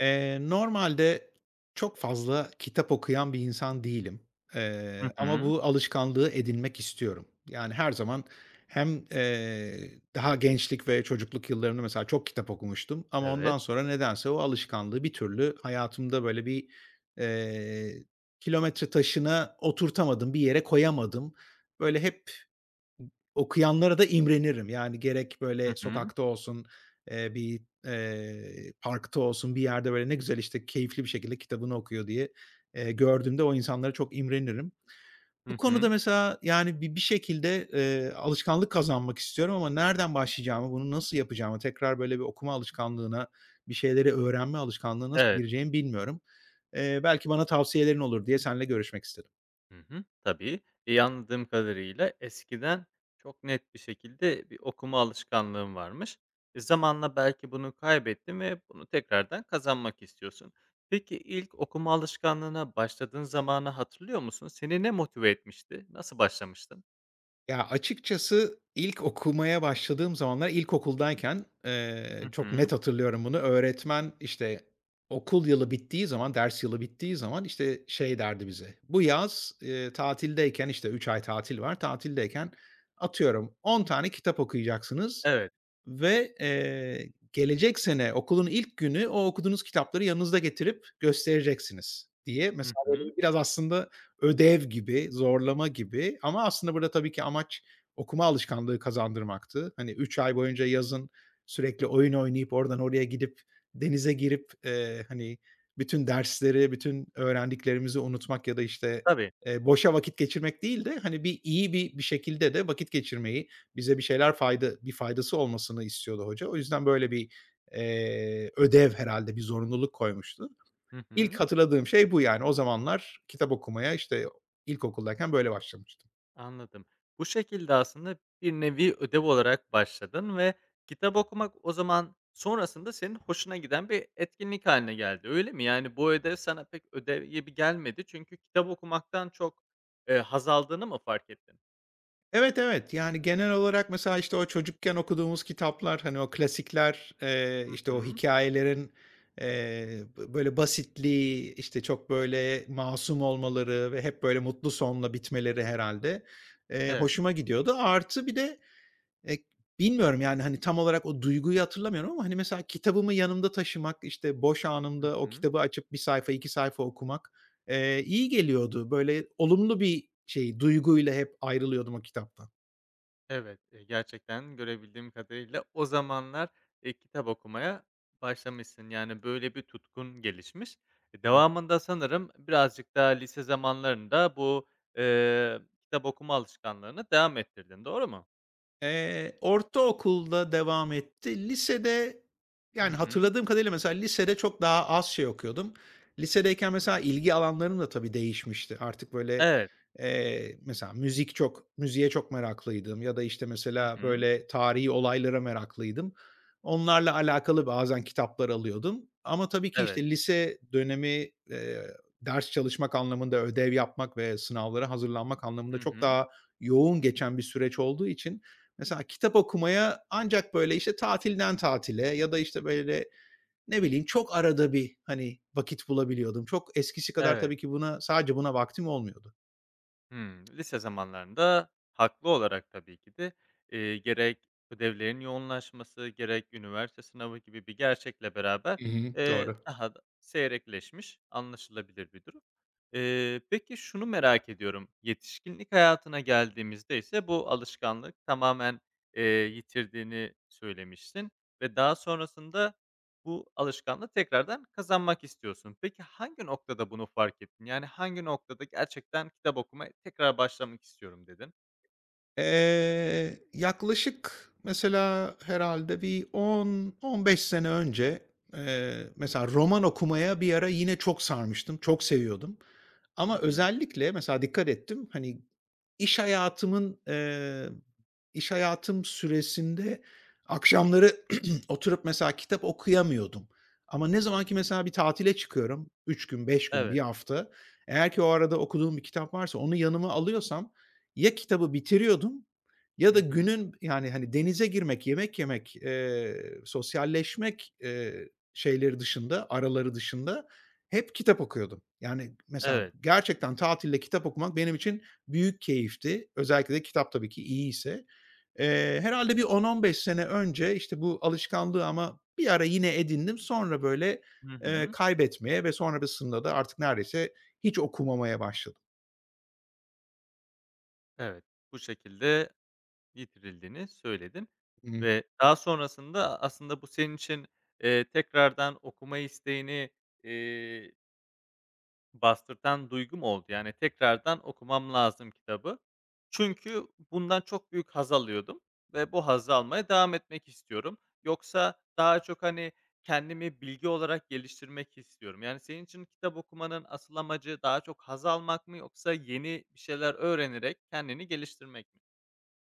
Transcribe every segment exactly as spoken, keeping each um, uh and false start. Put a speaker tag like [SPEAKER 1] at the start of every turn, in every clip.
[SPEAKER 1] Eee, normalde çok fazla kitap okuyan bir insan değilim,
[SPEAKER 2] Hı
[SPEAKER 1] eee, ama
[SPEAKER 2] hı.
[SPEAKER 1] bu alışkanlığı edinmek istiyorum. Yani, her zaman hem, eee, daha gençlik ve çocukluk yıllarımda mesela çok kitap okumuştum ama ondan
[SPEAKER 2] Evet.
[SPEAKER 1] sonra nedense o alışkanlığı bir türlü hayatımda böyle bir, eee, kilometre taşına oturtamadım, bir yere koyamadım. Böyle hep Okuyanlara da imrenirim. Yani gerek böyle
[SPEAKER 2] Hı hı.
[SPEAKER 1] sokakta olsun, eee, bir, eee, parkta olsun, bir yerde böyle ne güzel işte keyifli bir şekilde kitabını okuyor diye, eee, gördüğümde o insanlara çok imrenirim. Bu
[SPEAKER 2] Hı
[SPEAKER 1] konuda
[SPEAKER 2] hı.
[SPEAKER 1] mesela yani bi bir şekilde, eee, alışkanlık kazanmak istiyorum ama nereden başlayacağımı, bunu nasıl yapacağımı, tekrar böyle bir okuma alışkanlığına, bir şeyleri öğrenme alışkanlığına nasıl
[SPEAKER 2] Evet.
[SPEAKER 1] gireceğimi bilmiyorum. Eee, belki bana tavsiyelerin olur diye seninle görüşmek istedim.
[SPEAKER 2] Hı hı. Tabii. İyi anladığım kadarıyla eskiden çok net bir şekilde bir okuma alışkanlığın varmış. E, zamanla belki bunu kaybettin ve bunu tekrardan kazanmak istiyorsun. Peki ilk okuma alışkanlığına başladığın zamanı hatırlıyor musun? Seni ne motive etmişti? Nasıl başlamıştın?
[SPEAKER 1] Ya, açıkçası ilk okumaya başladığım zamanlar ilkokuldayken, eee,
[SPEAKER 2] Hı
[SPEAKER 1] çok
[SPEAKER 2] hı.
[SPEAKER 1] net hatırlıyorum bunu. Öğretmen, işte, okul yılı bittiği zaman, ders yılı bittiği zaman, işte, şey derdi bize, "Bu yaz, eee, tatildeyken" işte üç ay tatil var, "Tatildeyken atıyorum on tane kitap okuyacaksınız.
[SPEAKER 2] Evet.
[SPEAKER 1] Ve, eee, gelecek sene okulun ilk günü o okuduğunuz kitapları yanınızda getirip göstereceksiniz" diye
[SPEAKER 2] Hı
[SPEAKER 1] mesela
[SPEAKER 2] hı.
[SPEAKER 1] böyle biraz aslında ödev gibi, zorlama gibi ama aslında burada tabii ki amaç okuma alışkanlığı kazandırmaktı. Hani üç ay boyunca yazın sürekli oyun oynayıp oradan oraya gidip denize girip, eee, hani, bütün dersleri, bütün öğrendiklerimizi unutmak ya da, işte,
[SPEAKER 2] Tabii.
[SPEAKER 1] eee, boşa vakit geçirmek değil de, hani, bir iyi bir bir şekilde de vakit geçirmeyi bize bir şeyler fayda bir faydası olmasını istiyordu hoca. O yüzden böyle bir, eee, ödev herhalde bir zorunluluk koymuştu.
[SPEAKER 2] Hı hı.
[SPEAKER 1] İlk hatırladığım şey bu yani. O zamanlar kitap okumaya, işte, ilkokuldayken böyle başlamıştım.
[SPEAKER 2] Anladım. Bu şekilde aslında bir nevi ödev olarak başladın ve kitap okumak o zaman sonrasında senin hoşuna giden bir etkinlik haline geldi, öyle mi? Yani, bu ödev sana pek ödev gibi gelmedi çünkü kitap okumaktan çok, eee, haz aldığını mı fark ettin?
[SPEAKER 1] Evet, evet. Yani genel olarak mesela, işte, o çocukken okuduğumuz kitaplar, hani, o klasikler, eee,
[SPEAKER 2] Hı
[SPEAKER 1] işte, o
[SPEAKER 2] hı.
[SPEAKER 1] hikayelerin eee, bö böyle basitliği, işte, çok böyle masum olmaları ve hep böyle mutlu sonla bitmeleri herhalde eee,
[SPEAKER 2] Evet.
[SPEAKER 1] hoşuma gidiyordu. Artı bir de... Eee, Bilmiyorum, yani, hani, tam olarak o duyguyu hatırlamıyorum ama, hani, mesela kitabımı yanımda taşımak, işte, boş
[SPEAKER 2] Hı
[SPEAKER 1] anımda o
[SPEAKER 2] hı.
[SPEAKER 1] kitabı açıp bir sayfa, iki sayfa okumak, eee, iyi geliyordu. Böyle olumlu bir şey, duyguyla hep ayrılıyordum o kitaptan.
[SPEAKER 2] Evet, eee, gerçekten görebildiğim kadarıyla o zamanlar, eee, kitap okumaya başlamışsın. Yani, böyle bir tutkun gelişmiş. E, devamında sanırım birazcık daha lise zamanlarında bu, eee, kitap okuma alışkanlığını devam ettirdin, doğru mu?
[SPEAKER 1] Eee, ortaokulda devam etti. Lisede,
[SPEAKER 2] Hı
[SPEAKER 1] yani,
[SPEAKER 2] hı.
[SPEAKER 1] hatırladığım kadarıyla mesela lisede çok daha az şey okuyordum. Lisedeyken mesela ilgi alanlarım da tabii değişmişti. Artık, böyle,
[SPEAKER 2] Evet.
[SPEAKER 1] eee, mesela müzik çok müziğe çok meraklıydım ya da, işte,
[SPEAKER 2] Hı
[SPEAKER 1] mesela,
[SPEAKER 2] hı.
[SPEAKER 1] böyle, tarihi olaylara meraklıydım. Onlarla alakalı bazen kitaplar alıyordum ama tabii ki,
[SPEAKER 2] Evet.
[SPEAKER 1] işte, lise dönemi, eee, ders çalışmak anlamında, ödev yapmak ve sınavlara hazırlanmak anlamında
[SPEAKER 2] Hı
[SPEAKER 1] çok
[SPEAKER 2] hı.
[SPEAKER 1] daha yoğun geçen bir süreç olduğu için mesela kitap okumaya ancak böyle, işte, tatilden tatile ya da, işte, böyle, ne bileyim, çok arada bir, hani, vakit bulabiliyordum. Çok eskisi kadar
[SPEAKER 2] Evet.
[SPEAKER 1] tabii ki buna sadece buna vaktim olmuyordu.
[SPEAKER 2] Hımm. Lise zamanlarında haklı olarak tabii ki de, eee, gerek ödevlerin yoğunlaşması, gerek üniversite sınavı gibi bir gerçekle beraber,
[SPEAKER 1] Hı hı.
[SPEAKER 2] eee,
[SPEAKER 1] Doğru.
[SPEAKER 2] daha da seyrekleşmiş, anlaşılabilir bir durum. Eee, peki şunu merak ediyorum, yetişkinlik hayatına geldiğimizde ise bu alışkanlık tamamen, eee, yitirdiğini söylemiştin ve daha sonrasında bu alışkanlığı tekrardan kazanmak istiyorsun. Peki hangi noktada bunu fark ettin? Yani hangi noktada gerçekten kitap okumaya tekrar başlamak istiyorum dedin?
[SPEAKER 1] Eee, yaklaşık mesela herhalde bir on on beş sene önce, eee, mesela roman okumaya bir ara yine çok sarmıştım, çok seviyordum
[SPEAKER 2] Hı
[SPEAKER 1] ama
[SPEAKER 2] hı.
[SPEAKER 1] özellikle mesela dikkat ettim, hani, iş hayatımın, eee, iş hayatım süresinde akşamları oturup mesela kitap okuyamıyordum ama ne zaman ki mesela bir tatile çıkıyorum üç gün, beş gün, bir
[SPEAKER 2] Evet.
[SPEAKER 1] hafta, eğer ki o arada okuduğum bir kitap varsa onu yanıma alıyorsam ya kitabı bitiriyordum ya
[SPEAKER 2] Hı
[SPEAKER 1] da
[SPEAKER 2] hı.
[SPEAKER 1] günün, yani, hani, denize girmek, yemek yemek, eee, sosyalleşmek, eee, şeyleri dışında, araları dışında hep kitap okuyordum. Yani, mesela
[SPEAKER 2] Evet.
[SPEAKER 1] gerçekten tatilde kitap okumak benim için büyük keyifti. Özellikle de kitap tabii ki iyiyse. Eee, herhâlde bir on on beş sene önce, işte, bu alışkanlığı ama bir ara yine edindim. Sonra, böyle,
[SPEAKER 2] Hı
[SPEAKER 1] eee,
[SPEAKER 2] hı.
[SPEAKER 1] kaybetmeye ve sonrasında da artık neredeyse hiç okumamaya başladım.
[SPEAKER 2] Evet. Bu şekilde yitirildiğini söyledin
[SPEAKER 1] Hı.
[SPEAKER 2] ve daha sonrasında aslında bu senin için, eee, tekrardan okuma isteğini, eee bastırtan duygum oldu. Yani tekrardan okumam lazım kitabı. Çünkü bundan çok büyük haz alıyordum ve bu hazzı almaya devam etmek istiyorum. Yoksa daha çok, hani, kendimi bilgi olarak geliştirmek istiyorum. Yani senin için kitap okumanın asıl amacı daha çok haz almak mı yoksa yeni bir şeyler öğrenerek kendini geliştirmek mi?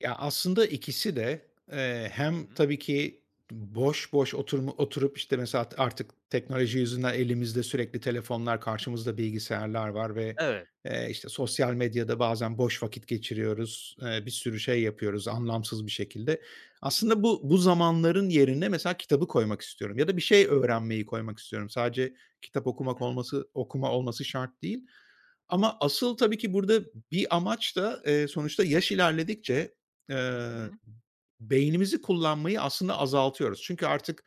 [SPEAKER 1] Ya, aslında ikisi de, eee,
[SPEAKER 2] Hı
[SPEAKER 1] hem
[SPEAKER 2] hı.
[SPEAKER 1] tabii ki boş boş oturma oturup, işte, mesela at artık teknoloji yüzünden elimizde sürekli telefonlar, karşımızda bilgisayarlar var ve,
[SPEAKER 2] Evet.
[SPEAKER 1] eee, işte, sosyal medyada bazen boş vakit geçiriyoruz, eee, bir sürü şey yapıyoruz anlamsız bir şekilde. Aslında bu bu zamanların yerine mesela kitabı koymak istiyorum ya da bir şey öğrenmeyi koymak istiyorum. Sadece kitap
[SPEAKER 2] Hı
[SPEAKER 1] okumak
[SPEAKER 2] hı.
[SPEAKER 1] olması okuma olması şart değil ama asıl tabii ki burada bir amaç da, eee, sonuçta yaş ilerledikçe
[SPEAKER 2] Hı
[SPEAKER 1] Eee,
[SPEAKER 2] hı.
[SPEAKER 1] beynimizi kullanmayı aslında azaltıyoruz. Çünkü artık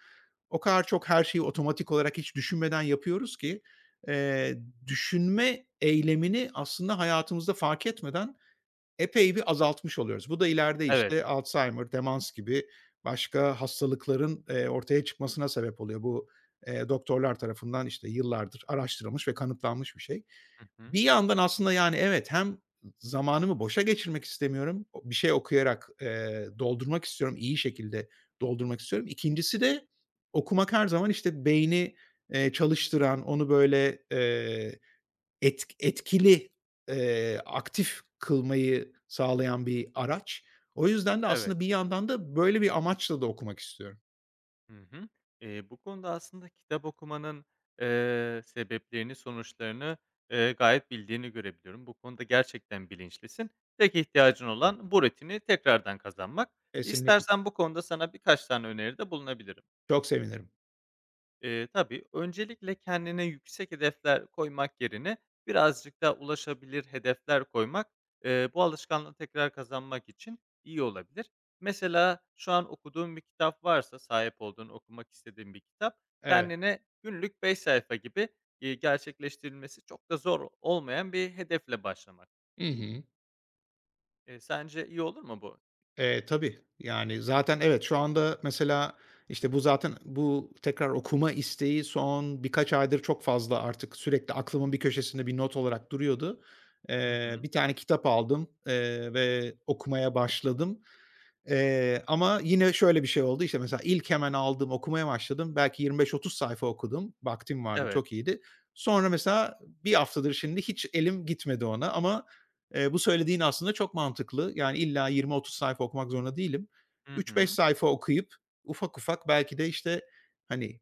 [SPEAKER 1] o kadar çok her şeyi otomatik olarak hiç düşünmeden yapıyoruz ki, eee, düşünme eylemini aslında hayatımızda fark etmeden epey bir azaltmış oluyoruz. Bu da ileride,
[SPEAKER 2] Evet.
[SPEAKER 1] işte, Alzheimer, demans gibi başka hastalıkların, eee, ortaya çıkmasına sebep oluyor. Bu, eee, doktorlar tarafından, işte, yıllardır araştırılmış ve kanıtlanmış bir şey.
[SPEAKER 2] Hı
[SPEAKER 1] Bir
[SPEAKER 2] hı.
[SPEAKER 1] yandan aslında, yani, evet, hem zamanımı boşa geçirmek istemiyorum, bir şey okuyarak, eee, doldurmak istiyorum, iyi şekilde doldurmak istiyorum. İkincisi de okumak her zaman, işte, beyni, eee, çalıştıran, onu, böyle, eee, Etk etkili, eee, aktif kılmayı sağlayan bir araç. O yüzden de
[SPEAKER 2] Evet.
[SPEAKER 1] aslında bir yandan da böyle bir amaçla da okumak istiyorum.
[SPEAKER 2] Hı hı. Eee, bu konuda aslında kitap okumanın, eee, sebeplerini, sonuçlarını, eee, gayet bildiğini görebiliyorum. Bu konuda gerçekten bilinçlisin. Tek ihtiyacın olan bu rutini tekrardan kazanmak.
[SPEAKER 1] Kesinlikle.
[SPEAKER 2] İstersen bu konuda sana birkaç tane öneride bulunabilirim.
[SPEAKER 1] Çok sevinirim.
[SPEAKER 2] Eee, tabii, öncelikle kendine yüksek hedefler koymak yerine birazcık daha ulaşabilir hedefler koymak, eee, bu alışkanlığı tekrar kazanmak için iyi olabilir. Mesela şu an okuduğun bir kitap varsa, sahip olduğun, okumak istediğin bir kitap,
[SPEAKER 1] Evet.
[SPEAKER 2] kendine günlük beş sayfa gibi, eee, gerçekleştirilmesi çok da zor olmayan bir hedefle başlamak.
[SPEAKER 1] Hı hı.
[SPEAKER 2] Eee, sence iyi olur mu bu?
[SPEAKER 1] Eee, tabii. Yani zaten evet, şu anda mesela, işte, bu zaten bu tekrar okuma isteği son birkaç aydır çok fazla artık sürekli aklımın bir köşesinde bir not olarak duruyordu.
[SPEAKER 2] Hı
[SPEAKER 1] Eee,
[SPEAKER 2] hı.
[SPEAKER 1] bir tane kitap aldım, eee, ve okumaya başladım. Eee, ama yine şöyle bir şey oldu, işte, mesela ilk hemen aldım, okumaya başladım. Belki yirmi beş otuz sayfa okudum. Vaktim vardı,
[SPEAKER 2] Evet.
[SPEAKER 1] çok iyiydi. Sonra mesela bir haftadır şimdi hiç elim gitmedi ona ama, eee, bu söylediğin aslında çok mantıklı. Yani illa yirmi otuz sayfa okumak zorunda değilim.
[SPEAKER 2] Hı
[SPEAKER 1] üç beş
[SPEAKER 2] hı.
[SPEAKER 1] sayfa okuyup ufak ufak belki de, işte, hani,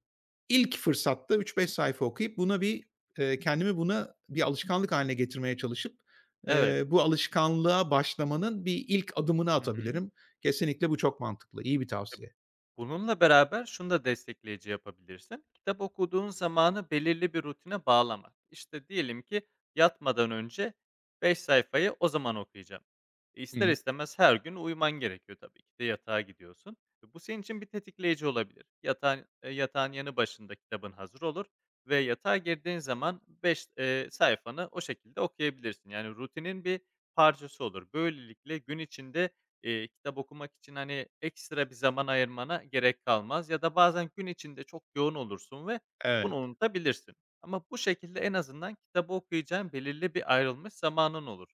[SPEAKER 1] ilk fırsatta üç beş sayfa okuyup buna bir, eee, kendimi buna bir alışkanlık hâline getirmeye çalışıp,
[SPEAKER 2] Evet.
[SPEAKER 1] eee, bu alışkanlığa başlamanın bir ilk adımını
[SPEAKER 2] Hı hı.
[SPEAKER 1] atabilirim. Kesinlikle bu çok mantıklı. İyi bir tavsiye.
[SPEAKER 2] Bununla beraber şunu da destekleyici yapabilirsin. Kitap okuduğun zamanı belirli bir rutine bağlamak. İşte diyelim ki yatmadan önce beş sayfayı o zaman okuyacağım. E
[SPEAKER 1] Hı
[SPEAKER 2] İster
[SPEAKER 1] hı.
[SPEAKER 2] istemez her gün uyuman gerekiyor tabii ki de yatağa gidiyorsun. E Bu senin için bir tetikleyici olabilir. Yatağın, e, yatağın yanı başında kitabın hazır olur ve yatağa girdiğin zaman beş sayfanı o şekilde okuyabilirsin. Yani rutinin bir parçası olur. Böylelikle gün içinde Eee, kitap okumak için, hani, ekstra bir zaman ayırmana gerek kalmaz ya da bazen gün içinde çok yoğun olursun ve bunu
[SPEAKER 1] Evet.
[SPEAKER 2] unutabilirsin. Ama bu şekilde en azından kitabı okuyacağın belirli bir ayrılmış zamanın olur.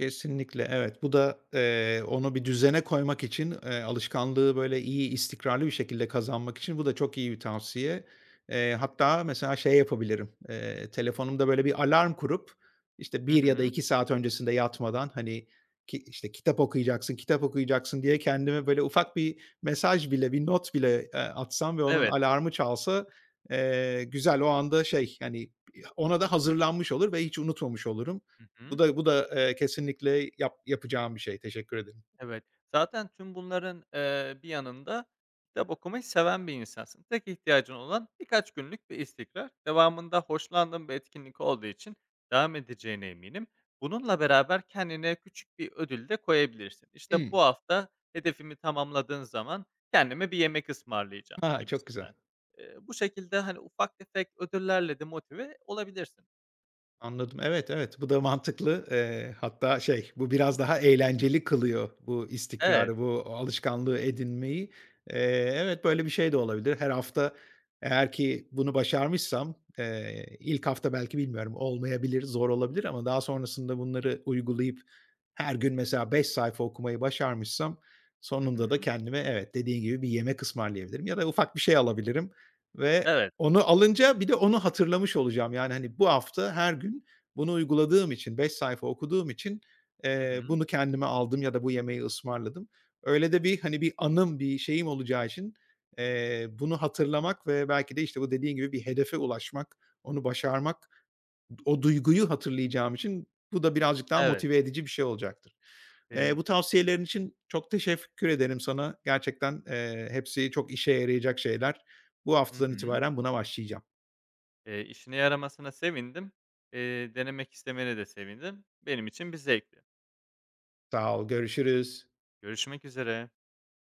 [SPEAKER 1] Kesinlikle, evet. Bu da, eee, onu bir düzene koymak için, eee, alışkanlığı böyle iyi, istikrarlı bir şekilde kazanmak için bu da çok iyi bir tavsiye. Eee, hatta mesela şey yapabilirim, eee, telefonumda böyle bir alarm kurup, işte,
[SPEAKER 2] Hı
[SPEAKER 1] bir ya da
[SPEAKER 2] hı.
[SPEAKER 1] iki saat öncesinde yatmadan, hani, ki işte, "Kitap okuyacaksın, kitap okuyacaksın." diye kendime böyle ufak bir mesaj bile, bir not bile, eee, atsam ve onun
[SPEAKER 2] Evet.
[SPEAKER 1] alarmı çalsa, eee, güzel, o anda şey, hani, ona da hazırlanmış olur ve hiç unutmamış olurum.
[SPEAKER 2] Hı
[SPEAKER 1] Bu
[SPEAKER 2] hı.
[SPEAKER 1] da bu da, eee, kesinlikle yap yapacağım bir şey. Teşekkür ederim.
[SPEAKER 2] Evet. Zaten tüm bunların, eee, bir yanında kitap okumayı seven bir insansın. Tek ihtiyacın olan birkaç günlük bir istikrar. Devamında hoşlandığın bir etkinlik olduğu için devam edeceğine eminim. Bununla beraber kendine küçük bir ödül de koyabilirsin. İşte,
[SPEAKER 1] Hımm.
[SPEAKER 2] "Bu hafta hedefimi tamamladığın zaman kendime bir yemek ısmarlayacağım."
[SPEAKER 1] Ha, çok güzel.
[SPEAKER 2] gibisinden. Eee, bu şekilde, hani, ufak tefek ödüllerle de motive olabilirsin.
[SPEAKER 1] Anladım. Evet, evet, bu da mantıklı. Eee, hatta şey, bu biraz daha eğlenceli kılıyor bu
[SPEAKER 2] Evet.
[SPEAKER 1] istikrarı, bu alışkanlığı edinmeyi. Eee, evet, böyle bir şey de olabilir. Her hafta eğer ki bunu başarmışsam, eee, ilk hafta belki bilmiyorum olmayabilir, zor olabilir ama daha sonrasında bunları uygulayıp her gün mesela beş sayfa okumayı başarmışsam
[SPEAKER 2] Hı
[SPEAKER 1] sonunda da
[SPEAKER 2] hı.
[SPEAKER 1] kendime evet, dediğin gibi bir yemek ısmarlayabilirim ya da ufak bir şey alabilirim ve
[SPEAKER 2] Evet.
[SPEAKER 1] onu alınca bir de onu hatırlamış olacağım. Yani, hani, bu hafta her gün bunu uyguladığım için, beş sayfa okuduğum için,
[SPEAKER 2] Hı
[SPEAKER 1] eee,
[SPEAKER 2] hı.
[SPEAKER 1] bunu kendime aldım ya da bu yemeği ısmarladım. Öyle de bir, hani, bir anım, bir şeyim olacağı için, eee, bunu hatırlamak ve belki de, işte, bu dediğin gibi bir hedefe ulaşmak, onu başarmak o duyguyu hatırlayacağım için bu da birazcık daha
[SPEAKER 2] Evet.
[SPEAKER 1] motive edici bir şey olacaktır. Eee,
[SPEAKER 2] Eee
[SPEAKER 1] bu tavsiyelerin için çok teşekkür ederim sana. Gerçekten, eee, hepsi çok işe yarayacak şeyler. Bu
[SPEAKER 2] Hı
[SPEAKER 1] haftadan
[SPEAKER 2] hı.
[SPEAKER 1] itibaren buna başlayacağım.
[SPEAKER 2] Eee, işine yaramasına sevindim. Eee, denemek istemene de sevindim. Benim için bir zevkti.
[SPEAKER 1] Sağ ol, görüşürüz.
[SPEAKER 2] Görüşmek üzere.